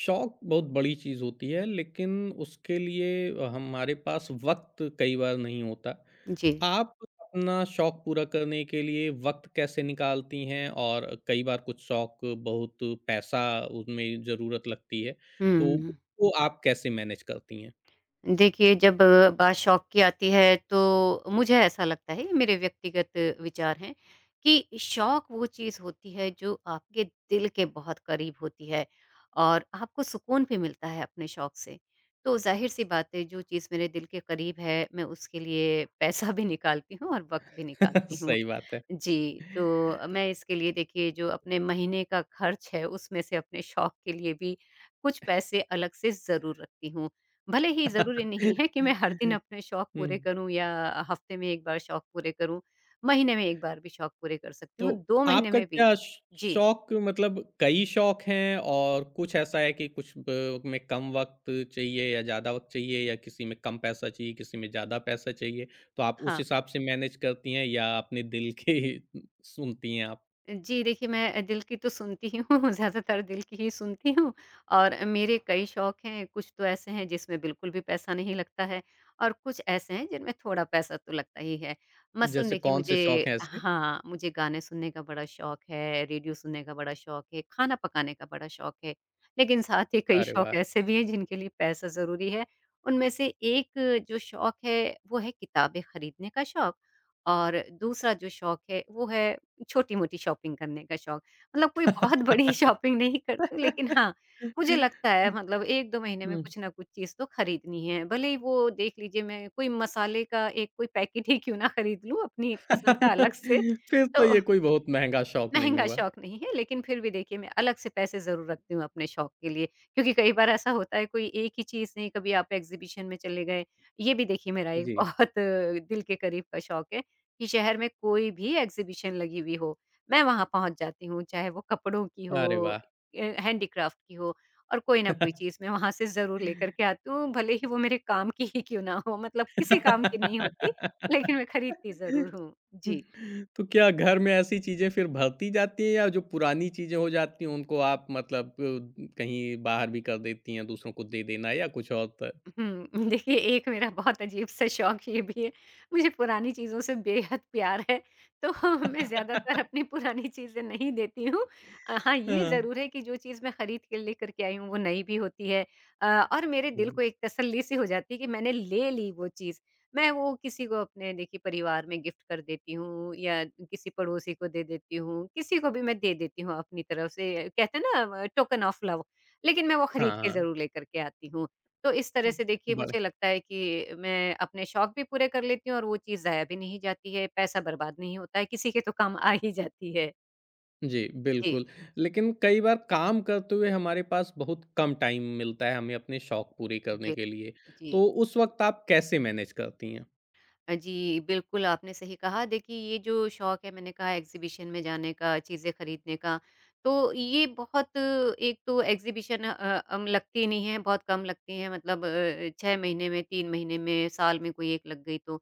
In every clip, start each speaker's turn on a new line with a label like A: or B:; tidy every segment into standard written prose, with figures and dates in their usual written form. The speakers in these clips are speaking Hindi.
A: शौक बहुत बड़ी चीज़ होती है लेकिन उसके लिए हमारे पास वक़्त कई बार नहीं होता।
B: जी।
A: आप अपना शौक पूरा करने के लिए वक़्त कैसे निकालती हैं? और कई बार कुछ शौक बहुत पैसा उसमें ज़रूरत लगती है, तो
B: हुँ।
A: वो आप कैसे मैनेज करती हैं?
B: देखिए जब बात शौक की आती है तो मुझे ऐसा लगता है ये मेरे व्यक्तिगत विचार हैं कि शौक वो चीज़ होती है जो आपके दिल के बहुत करीब होती है और आपको सुकून भी मिलता है अपने शौक से। तो ज़ाहिर-सी बात है जो चीज़ मेरे दिल के करीब है मैं उसके लिए पैसा भी निकालती हूँ और वक़्त भी निकालती हूँ।
A: सही बात है।
B: जी, तो मैं इसके लिए देखिए जो अपने महीने का खर्च है उसमें से अपने शौक के लिए भी कुछ पैसे अलग से ज़रूर रखती हूँ। भले ही ज़रूरी नहीं है कि मैं हर दिन अपने शौक पूरे
A: हुँ।
B: करूँ या हफ़्ते में 1 बार शौक पूरे करूँ, महीने में 1 बार भी शौक पूरे कर सकती
A: तो
B: हूँ, 2 महीने
A: आपका
B: में भी।
A: क्या श
B: जी,
A: शौक मतलब कई शौक हैं और कुछ ऐसा है कि कुछ ब में कम वक़्त चाहिए या ज़्यादा वक़्त चाहिए या किसी में कम पैसा चाहिए, किसी में ज़्यादा पैसा चाहिए, तो आप उस
B: हाँ।
A: हिसाब से मैनेज करती हैं या अपने दिल के ही सुनती हैं आप?
B: जी, देखिए, मैं दिल की तो सुनती ही हूँ, ज़्यादातर दिल की ही सुनती हूँ और मेरे कई शौक हैं, कुछ तो ऐसे हैं जिसमें बिल्कुल भी पैसा नहीं लगता है और कुछ ऐसे हैं जिनमें थोड़ा पैसा तो लगता ही है। मसलन
A: जैसे
B: देखिए
A: कौन
B: मुझे,
A: से शौक हैं ऐसे?
B: हाँ, मुझे गाने सुनने का बड़ा शौक है, रेडियो सुनने का बड़ा शौक है, खाना पकाने का बड़ा शौक है, लेकिन साथ ही कई
A: अरे
B: शौक
A: वाह!
B: ऐसे भी हैं जिनके लिए पैसा ज़रूरी है। उनमें से एक जो शौक है, वो है किताबें खरीदने का शौक और दूसरा जो शौक है, वो है छोटी-मोटी शॉपिंग करने का शौक। मतलब कोई बहुत बड़ी शॉपिंग नहीं करती लेकिन हाँ, मुझे लगता है मतलब 1-2 महीने में
A: हुँ।
B: कुछ ना कुछ चीज़ तो खरीदनी है। भले ही वो देख लीजिए मैं कोई मसाले का एक कोई पैकेट ही क्यों ना खरीद लूँ अपनी पसंद का अलग से,
A: फिर तो
B: तो
A: ये कोई बहुत महँगा शौक नहीं
B: महँगा
A: हुआ।
B: शौक नहीं है, लेकिन फिर भी देखिए मैं अलग से पैसे ज़रूर रखती हूँ अपने शौक के लिए, क्योंकि कई बार ऐसा होता है कोई एक ही चीज़ नहीं, कभी आप एग्ज़िबिशन में चले गए, ये भी देखिए मेरा एक
A: जी।
B: बहुत दिल के करीब का शौक है कि शहर में कोई भी एग्ज़िबिशन लगी हुई हो, मैं वहाँ पहुँच जाती हूँ, चाहे वो कपड़ों की हो,
A: अरे वाह!
B: हैंडीक्राफ्ट की हो और कोई ना कोई चीज़ मैं वहाँ से ज़रूर लेकर के आती हूँ, भले ही वो मेरे काम की ही क्यों ना हो, मतलब किसी काम की नहीं होती, लेकिन मैं खरीदती ज़रूर हूँ। जी।
A: तो क्या घर में ऐसी चीज़ें फिर भरती जाती हैं या जो पुरानी चीज़ें हो जाती हैं उनको आप मतलब कहीं बाहर भी कर देती हैं दूसरों को दे देना या कुछ और त
B: हुँ, देखिए एक मेरा बहुत अजीब-सा शौक ये भी है, मुझे पुरानी चीज़ों से बेहद प्यार है, तो मैं ज़्यादातर अपनी पुरानी चीज़ें नहीं देती हूँ। हाँ, ये
A: हाँ।
B: ज़रूर है कि जो चीज़ मैं खरीद के लेकर के आई हूँ, वो नई भी होती है, अ, और मेरे दिल
A: हुँ।
B: को एक तसल्ली-सी हो जाती है कि मैंने ले ली वो चीज़। मैं वो किसी को अपने देखिए परिवार में गिफ्ट कर देती हूँ या किसी पड़ोसी को दे देती हूँ, किसी को भी मैं दे देती हूँ अपनी तरफ से कहते हैं ना, टोकन ऑफ लव, लेकिन मैं वो
A: हाँ,
B: खरीद के
A: हाँ।
B: ज़रूर लेकर के आती हूँ। तो इस तरह
A: हुँ,
B: से देखिए मुझे
A: बड़े
B: लगता है कि मैं अपने शौक भी पूरे कर लेती हूँ और वो चीज़ ज़ाया भी नहीं जाती है, पैसा बर्बाद नहीं होता है, किसी के तो काम आ ही जाती है।
A: जी,
B: जी,
A: बिल्कुल। लेकिन कई बार काम करते हुए हमारे पास बहुत कम टाइम मिलता है हमें अपने शौक पूरे करने
B: जी,
A: के लिए,
B: जी।
A: तो उस वक़्त आप कैसे मैनेज करती हैं?
B: जी, बिल्कुल आपने सही कहा। देखिए ये जो शौक है मैंने कहा एग्ज़िबिशन में जाने का, चीज़ें खरीदने का, तो ये बहुत एक तो एग्ज़िबिशन अ, अम लगती नहीं है, बहुत कम लगती हैं मतलब 6 महीने में, 3 महीने में, साल में कोई एक लग गई तो।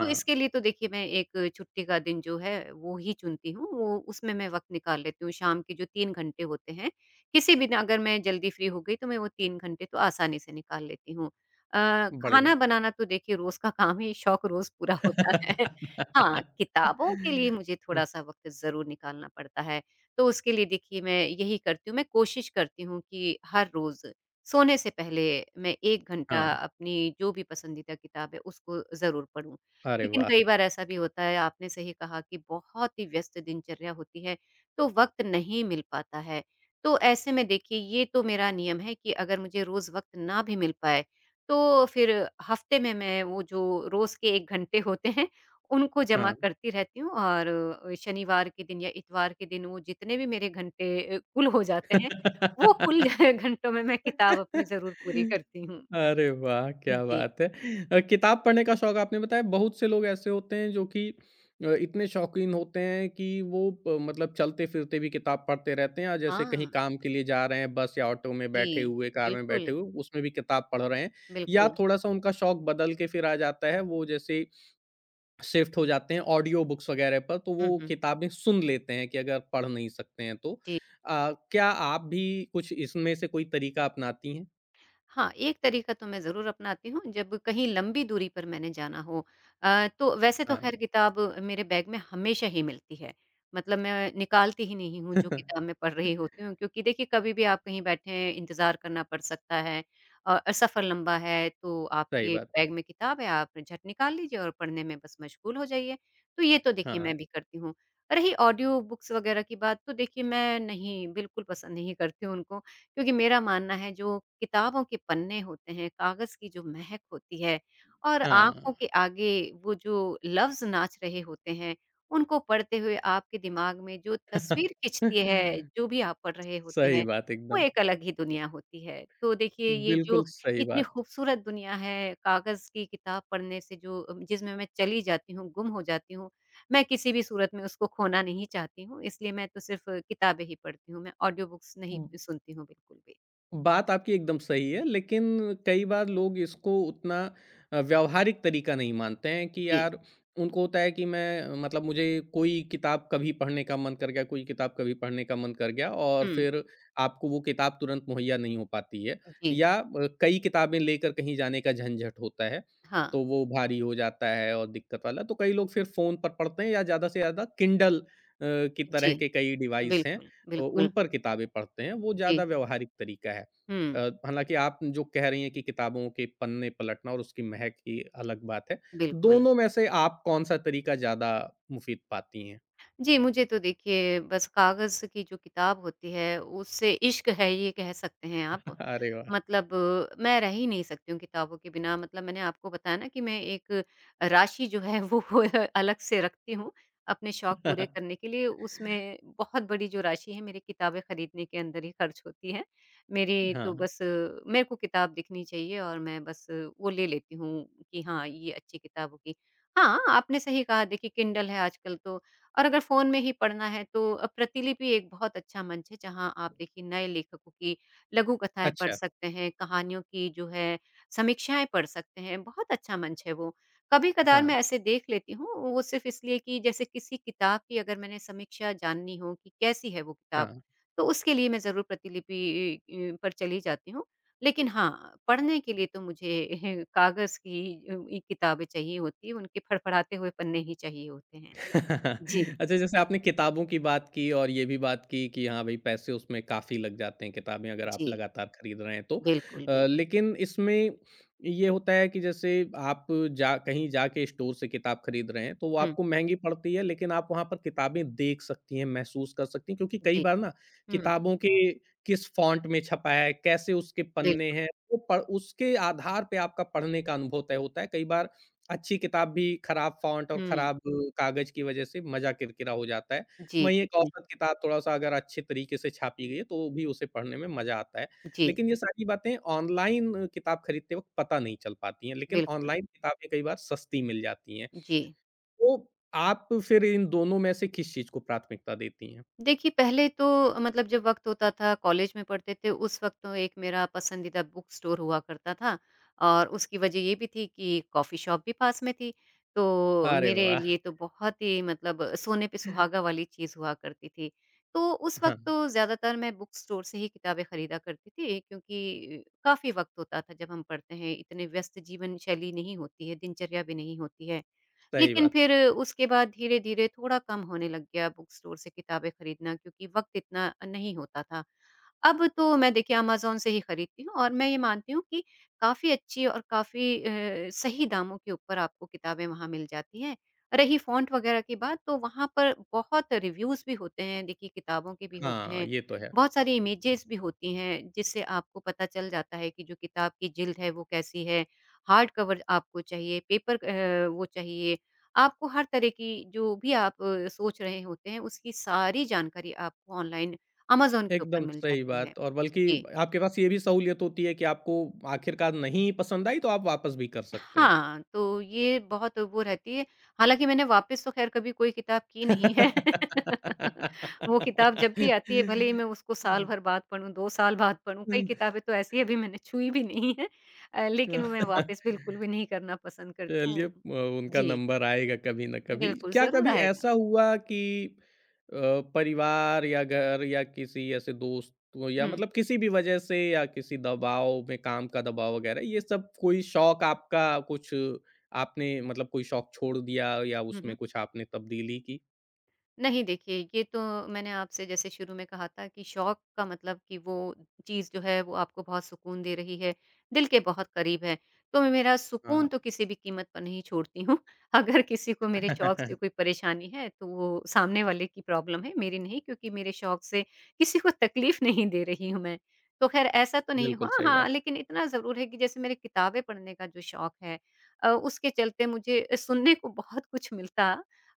B: तो इसके लिए तो देखिए मैं एक छुट्टी का दिन जो है वो ही चुनती हूँ, वो उसमें मैं वक़्त निकाल लेती हूँ। शाम के जो 3 घंटे होते हैं, किसी भी दिन अगर मैं जल्दी फ्री हो गई तो मैं वो 3 घंटे तो आसानी से निकाल लेती हूँ।
A: बढ़िया।
B: खाना बनाना तो देखिए रोज़ का काम है, शौक रोज़ पूरा होता है। हाँ, किताबों के लिए मुझे
A: अ,
B: थोड़ा-सा वक़्त ज़रूर निकालना पड़ता है, तो उसके लिए देखिए मैं यही करती हूँ, मैं कोशिश करती हूँ कि हर रोज़ सोने से पहले मैं 1 घंटा
A: हाँ,
B: अपनी जो भी पसंदीदा किताब है, उसको ज़रूर पढूँ।
A: अरे
B: लेकिन
A: वाह!
B: कई बार ऐसा भी होता है, आपने सही कहा कि बहुत ही व्यस्त दिनचर्या होती है, तो वक़्त नहीं मिल पाता है। तो ऐसे में देखिए ये तो मेरा नियम है कि अगर मुझे रोज़ वक़्त ना भी मिल पाए तो फिर हफ्ते में मैं वो जो रोज़ के 1 घंटे होते हैं, उनको जमा
A: हाँ।
B: करती रहती हूँ और शनिवार के दिन या इतवार के दिन वो जितने भी मेरे घंटे कुल हो जाते हैं, वो कुल घंटों में मैं किताब अपनी ज़रूर पूरी
A: हुँ।
B: करती हूँ।
A: अरे वाह! क्या
B: जी।
A: बात है। किताब पढ़ने का शौक आपने बताया बहुत से लोग ऐसे होते हैं जो कि इतने शौकीन होते हैं कि वो प मतलब चलते-फिरते भी किताब पढ़ते रहते हैं और जैसे कहीं
B: हाँ।
A: काम के लिए जा रहे हैं बस या ऑटो में
B: जी,
A: बैठे हुए, कार में
B: बिल्कुल,
A: बैठे हुए, उसमें भी किताब पढ़ रहे हैं या
B: बिल्कुल।
A: थोड़ा-सा उनका शौक बदल के फिर आ जाता है, वो जैसे शिफ्ट हो जाते हैं ऑडियो बुक्स वगैरह पर तो
B: हुँ,
A: वो
B: हुँ।
A: किताबें सुन लेते हैं कि अगर पढ़ नहीं सकते हैं तो।
B: जी।
A: क्या आप भी कुछ इसमें से कोई तरीका अपनाती हैं?
B: हाँ, एक तरीका तो मैं ज़रूर अपनाती हूँ, जब कहीं लंबी दूरी पर मैंने जाना हो। तो वैसे तो
A: हाँ।
B: खैर किताब मेरे बैग में हमेशा ही मिलती है, मतलब मैं निकालती ही नहीं हूँ जो किताब मैं पढ़ रही होती हूँ, क्योंकि देखिए कभी भी आप कहीं बैठे हैं, इंतज़ार करना पड़ सकता है, और सफ़र लंबा है, तो
A: सही
B: आपके
A: बात।
B: बैग में किताब है, आप झट निकाल लीजिए और पढ़ने में बस मशगूल हो जाइए। तो ये तो देखिए
A: हाँ,
B: मैं भी करती हूँ। रही ऑडियो बुक्स वग़ैरह की बात, तो देखिए मैं नहीं, बिल्कुल पसंद नहीं करती हूँ उनको। क्योंकि मेरा मानना है जो किताबों के पन्ने होते हैं, कागज़ की जो महक होती है और
A: हाँ।
B: आँखों के आगे वो जो लफ्ज़ नाच रहे होते हैं, उनको पढ़ते हुए आपके दिमाग में जो तस्वीर खिंचती है, जो भी आप पढ़ रहे होते
A: सही
B: हैं,
A: बात
B: वो
A: एकदम,
B: एक अलग ही दुनिया होती है। तो देखिए ये जो
A: बिल्कुल सही
B: इतनी
A: बात।
B: खूबसूरत दुनिया है कागज़ की किताब पढ़ने से जो जिसमें मैं चली जाती हूँ, गुम हो जाती हूँ, मैं किसी भी सूरत में उसको खोना नहीं चाहती हूँ, इसलिए मैं तो सिर्फ़ किताबें ही पढ़ती हूँ, मैं ऑडियो बुक्स नहीं सुनती हूँ बिल्कुल भी।
A: बात आपकी एकदम सही है, लेकिन कई बार लोग इसको उतना व्यावहारिक तरीका नहीं मानते हैं कि
B: जी,
A: यार उनको होता है कि मैं मतलब मुझे कोई किताब कभी पढ़ने का मन कर गया, कोई किताब कभी पढ़ने का मन कर गया और
B: हुँ,
A: फिर आपको वो किताब तुरंत मुहैया नहीं हो पाती है
B: जी,
A: या कई किताबें लेकर कहीं जाने का झंझट होता है,
B: हाँ,
A: तो वो भारी हो जाता है और दिक्कत वाला। तो कई लोग फिर फ़ोन पर पढ़ते हैं या ज़्यादा से ज़्यादा किंडल की तरह
B: जी,
A: के कई डिवाइस हैं।
B: बिल्कुल,
A: उन
B: बिल्कुल,
A: पर किताबें पढ़ते हैं, वो ज़्यादा
B: जी,
A: व्यावहारिक तरीका है। अ,
B: हुँ,
A: हालाँकि आप जो कह रही हैं कि किताबों के पन्ने पलटना और उसकी महक ही अलग बात है।
B: बिल्कुल।
A: दोनों में से आप कौन-सा तरीका ज़्यादा मुफ़ीद पाती हैं?
B: जी, मुझे तो देखिए बस कागज़ की जो किताब होती है, उससे इश्क है ये कह सकते हैं आप।
A: अरे वाह!
B: मतलब मैं रह ही नहीं सकती हूँ किताबों के बिना मतलब मैंने आपको बताया ना कि मैं एक राशि जो है वो अलग से रखती हूँ, अपने शौक पूरे करने के लिए। उसमें बहुत बड़ी जो राशि है मेरी किताबें खरीदने के अंदर ही खर्च होती है। मेरी तो
A: हाँ,
B: बस मेरे को किताब दिखनी चाहिए और मैं बस वो ले लेती हूँ कि हाँ, ये अच्छी किताब होगी। हाँ, आपने सही कहा देखिए किंडल है आजकल तो और अगर फ़ोन में ही पढ़ना है तो प्रतिलिपि एक बहुत अच्छा मंच है जहाँ आप देखिए नए लेखकों की लघु कथाएँ पढ़
A: अच्छा।
B: सकते हैं, कहानियों की जो है समीक्षाएँ पढ़ सकते हैं, बहुत अच्छा मंच है वो। कभी-कदार
A: हाँ,
B: मैं ऐसे देख लेती हूँ, वो सिर्फ़ इसलिए कि जैसे किसी किताब की अगर मैंने समीक्षा जाननी हो कि कैसी है वो किताब,
A: हाँ।
B: तो उसके लिए मैं ज़रूर प्रतिलिपि पर चली जाती हूँ। लेकिन हाँ, पढ़ने के लिए तो मुझे कागज़ की ई किताबें चाहिए होती हैं, उनके फड़फड़ाते हुए पन्ने ही चाहिए होते हैं। जी।
A: अच्छा जैसे आपने किताबों की बात की और ये भी बात की कि हाँ भाई पैसे उसमें काफ़ी लग जाते हैं किताबें अगर आप
B: जी,
A: लगातार खरीद रहे हैं तो।
B: बिल्कुल, बिल्कुल।
A: लेकिन इसमें ये होता है कि जैसे आप जा कहीं जाके स्टोर से किताब खरीद रहे हैं तो वो
B: हुँ,
A: आपको महँगी पड़ती है लेकिन आप वहाँ पर किताबें देख सकती हैं, महसूस कर सकती हैं क्योंकि कई
B: जी,
A: बार ना
B: हुँ,
A: किताबों के किस फ़ॉन्ट में छपा है, कैसे उसके पन्ने
B: बिल्कुल।
A: हैं, वो प उसके आधार पे आपका पढ़ने का अनुभव तय होता है। कई बार अच्छी किताब भी खराब फ़ॉन्ट और
B: हुँ,
A: खराब कागज़ की वजह से मज़ा किरकिरा हो जाता है।
B: जी,
A: वहीं एक
B: बिल्कुल।
A: औसत किताब थोड़ा-सा अगर अच्छे तरीके से छापी गई है, तो भी उसे पढ़ने में मज़ा आता है।
B: जी,
A: लेकिन ये सारी बातें ऑनलाइन किताब खरीदते वक़्त पता नहीं चल पाती हैं, लेकिन
B: बिल्कुल।
A: ऑनलाइन किताबें कई बार सस्ती मिल जाती हैं।
B: जी।
A: तो आप फिर इन दोनों में से किस चीज़ को प्राथमिकता देती हैं?
B: देखिए, पहले तो मतलब जब वक़्त होता था, कॉलेज में पढ़ते थे, उस वक़्त तो एक मेरा पसंदीदा बुक स्टोर हुआ करता था और उसकी वजह ये भी थी कि कॉफ़ी शॉप भी पास में थी। तो
A: अरे
B: मेरे
A: वाह!
B: लिए तो बहुत ही मतलब सोने पे सुहागा वाली चीज़ हुआ करती थी। तो उस वक़्त
A: हाँ,
B: तो ज़्यादातर मैं बुक स्टोर से ही किताबें खरीदा करती थी क्योंकि काफ़ी वक़्त होता था जब हम पढ़ते हैं, इतने व्यस्त जीवन शैली नहीं होती है, दिनचर्या भी नहीं होती है।
A: सही
B: लेकिन
A: बात।
B: फिर उसके बाद धीरे-धीरे थोड़ा कम होने लग गया बुक स्टोर से किताबें खरीदना क्योंकि वक़्त इतना नहीं होता था। अब तो मैं देखिए अमेज़न से ही खरीदती हूँ और मैं ये मानती हूँ कि काफ़ी अच्छी और काफ़ी सही दामों के ऊपर आपको किताबें वहाँ मिल जाती हैं। रही फ़ॉन्ट वग़ैरह की बात तो वहाँ पर बहुत रिव्यूज़ भी होते हैं, देखिए किताबों के भी होते
A: हाँ,
B: हैं,
A: ये तो है।
B: बहुत सारी इमेजेज़ भी होती हैं जिससे आपको पता चल जाता है कि जो किताब की जिल्द है वो कैसी है, हार्ड कवर आपको चाहिए, पेपर वो चाहिए आपको हर तरह की, जो भी आप सोच रहे होते हैं, उसकी सारी जानकारी आपको ऑनलाइन अमेज़न के ऊपर
A: एकदम
B: मिल
A: सही
B: जाती है।
A: बात और बल्कि
B: जी।
A: आपके पास ये भी सहूलियत होती है कि आपको आखिरकार नहीं पसंद आई तो आप वापस भी कर सकते हैं।
B: हाँ, तो ये बहुत वो रहती है, हालाँकि मैंने वापस तो ख़ैर कभी कोई किताब की नहीं है। वो किताब जब भी आती है, भले ही मैं उसको साल भर बाद पढ़ूँ, 2 साल बाद पढ़ूँ,
A: हुँ,
B: कई
A: हुँ।
B: किताबें तो ऐसी हैं अभी मैंने छुई भी नहीं है, लेकिन वो मैं वापस बिल्कुल भी नहीं करना पसंद करती
A: चलिए
B: हूँ।
A: उनका
B: जी,
A: नंबर आएगा कभी ना कभी।
B: बिल्कुल,
A: क्या
B: ज़रूर
A: कभी
B: आएगा।
A: ऐसा हुआ कि अ, परिवार या घर या किसी ऐसे दोस्त को या
B: हुँ।
A: मतलब किसी भी वजह से या किसी दबाव में काम का दबाव वगैरह ये सब कोई शौक आपका कुछ आपने मतलब कोई शौक छोड़ दिया या
B: हुँ,
A: उसमें
B: हुँ।
A: कुछ आपने तब्दीली की?
B: नहीं देखिए, ये तो मैंने आपसे जैसे शुरू में कहा था कि शौक का मतलब कि वो चीज़ जो है वो आपको बहुत सुकून दे रही है, दिल के बहुत करीब है। तो मैं मेरा
A: हाँ।
B: सुकून तो किसी भी कीमत पर नहीं छोड़ती हूँ। अगर किसी को मेरे शौक से कोई परेशानी है तो वो सामने वाले की प्रॉब्लम है, मेरी नहीं, क्योंकि मेरे शौक से किसी को तकलीफ़ नहीं दे रही हूँ मैं। तो ख़ैर, ऐसा तो नहीं हुआ,
A: बिल्कुल सही
B: हाँ,
A: बात।
B: लेकिन इतना ज़रूर है कि जैसे मेरे किताबें पढ़ने का जो शौक है, उसके चलते मुझे सुनने को बहुत कुछ मिलता।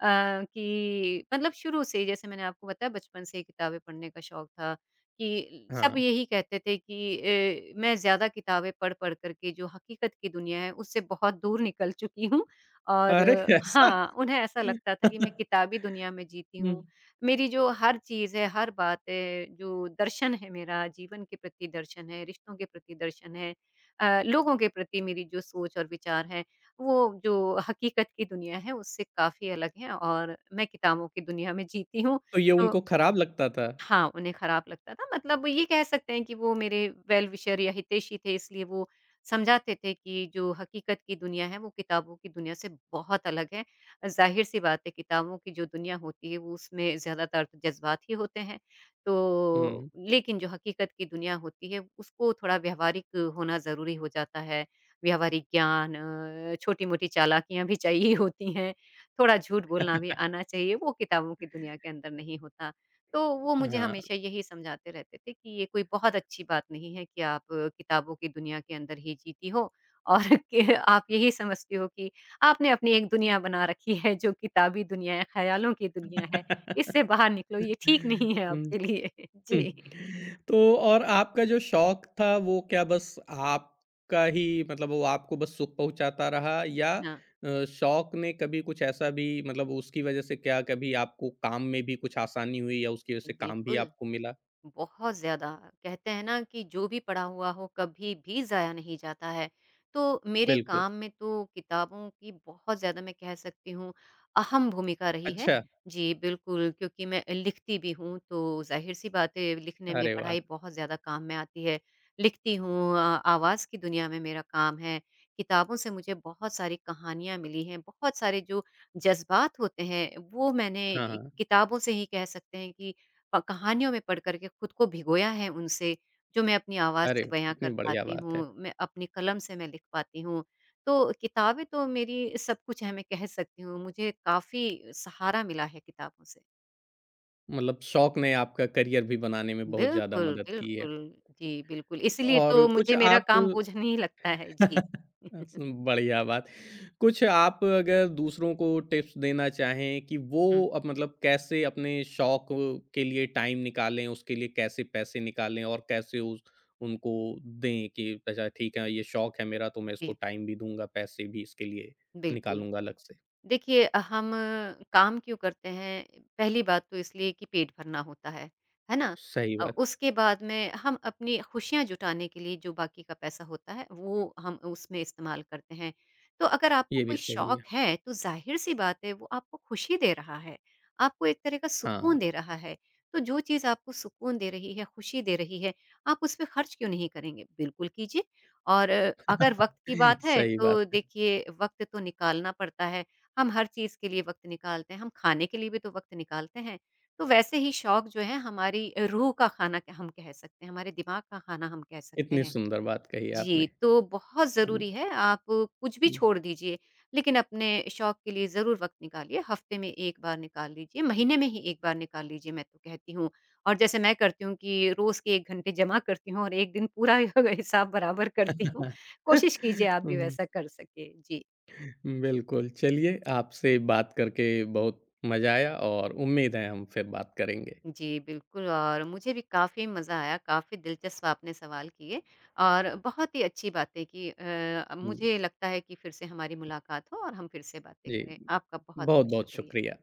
B: अ, कि मतलब शुरू से ही, जैसे मैंने आपको बताया, बचपन से ही किताबें पढ़ने का शौक था, कि सब
A: हाँ।
B: यही कहते थे कि मैं ज़्यादा किताबें पढ़-पढ़ कर के जो हकीकत की दुनिया है उससे बहुत दूर निकल चुकी हूँ। और
A: अरे! ऐसा?
B: हाँ, उन्हें ऐसा लगता था कि मैं किताबी दुनिया में जीती
A: हुँ,
B: हूँ। मेरी जो हर चीज़ है, हर बात है, जो दर्शन है मेरा, जीवन के प्रति दर्शन है, रिश्तों के प्रति दर्शन है, लोगों के प्रति मेरी जो सोच और विचार है, वो जो हकीकत की दुनिया है उससे काफ़ी अलग है, और मैं किताबों की दुनिया में जीती हूँ।
A: तो ये
B: तो
A: उनको खराब लगता था?
B: हाँ, उन्हें खराब लगता था, मतलब ये कह सकते हैं कि वो मेरे वेल विशर या हितैषी थे, इसलिए वो समझाते थे कि जो हकीकत की दुनिया है वो किताबों की दुनिया से बहुत अलग है। ज़ाहिर-सी बात है, किताबों की जो दुनिया होती है वो उसमें ज़्यादातर तो जज़्बात ही होते हैं। तो
A: हुँ,
B: लेकिन जो हकीकत की दुनिया होती है उसको थोड़ा व्यावहारिक होना ज़रूरी हो जाता है। व्यावहारिक ज्ञान, छोटी-मोटी चालाकियाँ भी चाहिए होती हैं, थोड़ा झूठ बोलना भी आना चाहिए, वो किताबों की दुनिया के अंदर नहीं होता। तो वो मुझे
A: हाँ।
B: हमेशा यही समझाते रहते थे कि ये कोई बहुत अच्छी बात नहीं है कि आप किताबों की दुनिया के अंदर ही जीती हो, और कि आप यही समझती हो कि आपने अपनी एक दुनिया बना रखी है, जो किताबी दुनिया है, ख़्यालों की दुनिया है। इससे बाहर निकलो, ये ठीक नहीं है
A: हुँ।
B: आपके लिए।
A: हम्म,
B: जी।
A: तो और आपका जो शौक था वो क्या बस आपका ही मतलब वो आपको बस सुख पहुँचाता रहा या
B: हाँ,
A: शौक ने कभी कुछ ऐसा भी मतलब उसकी वज़ह से क्या कभी आपको काम में भी कुछ आसानी हुई या उसकी वज़ह
B: जी,
A: से काम भी
B: बिल्कुल।
A: आपको मिला?
B: बहुत ज़्यादा। कहते हैं ना कि जो भी पड़ा हुआ हो कभी भी ज़ाया नहीं जाता है। तो मेरे
A: बिल्कुल,
B: काम में तो किताबों की बहुत ज़्यादा, मैं कह सकती हूँ, अहम भूमिका रही है।
A: अच्छा,
B: जी, बिल्कुल, क्योंकि मैं लिखती भी हूँ, तो ज़ाहिर-सी बात है लिखने में
A: अरे वाह!
B: पढ़ाई बहुत ज़्यादा काम में आती है। लिखती हूँ, आवाज़ की दुनिया में मेरा काम है। किताबों से मुझे बहुत सारी कहानियाँ मिली हैं, बहुत सारे जो जज़्बात होते हैं वो मैंने
A: हाँ, हाँ,
B: किताबों से ही, कह सकते हैं कि प कहानियों में पढ़ कर के खुद को भिगोया है उनसे, जो मैं अपनी आवाज़
A: अरे
B: से बयाँ कर
A: कितनी बढ़िया
B: पाती
A: बात है।
B: हूँ, मैं अपनी कलम से मैं लिख पाती हूँ। तो किताबें तो मेरी सब कुछ है, मैं कह सकती हूँ, मुझे काफ़ी सहारा मिला है किताबों से।
A: मतलब शौक ने आपका करियर भी बनाने में बहुत ज़्यादा
B: बिल्कुल,
A: मदद की है।
B: बिल्कुल। जी, बिल्कुल, इसलिए तो
A: और कुछ
B: मुझे मेरा
A: आप
B: काम बोझ नहीं लगता है। जी।
A: अच्छा, बढ़िया बात। कुछ आप अगर दूसरों को टिप्स देना चाहें कि
B: हुँ,
A: वो अब मतलब कैसे अपने शौक के लिए टाइम निकालें, उसके लिए कैसे पैसे निकालें और कैसे उस उनको दें कि अच्छा ठीक है, ये शौक है मेरा तो मैं इसको
B: जी,
A: टाइम भी दूँगा, पैसे भी इसके लिए
B: बिल्कुल।
A: निकालूँगा अलग से।
B: देखिए हम काम क्यों करते हैं? पहली बात तो इसलिए कि पेट भरना होता है ना?
A: सही बात,
B: उसके बाद में हम अपनी खुशियाँ जुटाने के लिए जो बाकी का पैसा होता है, वो हम उसमें इस्तेमाल करते हैं। तो अगर आपको
A: ये
B: कोई
A: भी सही
B: शौक
A: है।
B: है, तो ज़ाहिर-सी बात है, वो आपको खुशी दे रहा है, आपको एक तरह का
A: हाँ,
B: सुकून दे रहा है। तो जो चीज़ आपको सुकून दे रही है, खुशी दे रही है, आप उस पे खर्च क्यों नहीं करेंगे? बिल्कुल कीजिए। और अगर वक़्त की बात है,
A: सही
B: तो
A: बात।
B: देखिए वक़्त तो निकालना पड़ता है। हम हर चीज़ के लिए वक़्त निकालते हैं, हम खाने के लिए भी तो वक़्त निकालते हैं। तो वैसे ही शौक जो है हमारी रूह का खाना क हम कह सकते हैं, हमारे दिमाग का खाना हम कह सकते
A: इतनी
B: हैं।
A: सुंदर बात कही
B: जी,
A: आपने।
B: तो बहुत
A: हुँ,
B: ज़रूरी है, आप कुछ भी
A: हुँ।
B: छोड़ दीजिए, लेकिन अपने शौक के लिए ज़रूर वक़्त निकालिए। हफ़्ते में 1 बार निकाल लीजिए, महीने में ही 1 बार निकाल लीजिए, मैं तो कहती हूँ। और जैसे मैं करती हूँ कि रोज़ के 1 घंटे जमा करती हूँ, और 1 दिन पूरा हिसाब बराबर करती हूँ। कोशिश कीजिए आप भी
A: हुँ।
B: वैसा कर सके। जी।
A: बिल्कुल, चलिए आपसे बात करके बहुत मज़ा आया और उम्मीद है हम फिर बात करेंगे।
B: जी, बिल्कुल, और मुझे भी काफ़ी मज़ा आया, काफ़ी दिलचस्प आपने सवाल किए और बहुत ही अच्छी बातें की, मुझे
A: जी।
B: लगता है कि फिर से हमारी मुलाकात हो और हम फिर से बातें
A: जी,
B: करें। आपका बहुत-बहुत
A: बहुत-बहुत
B: शुक्रिया।
A: शुक्रिया।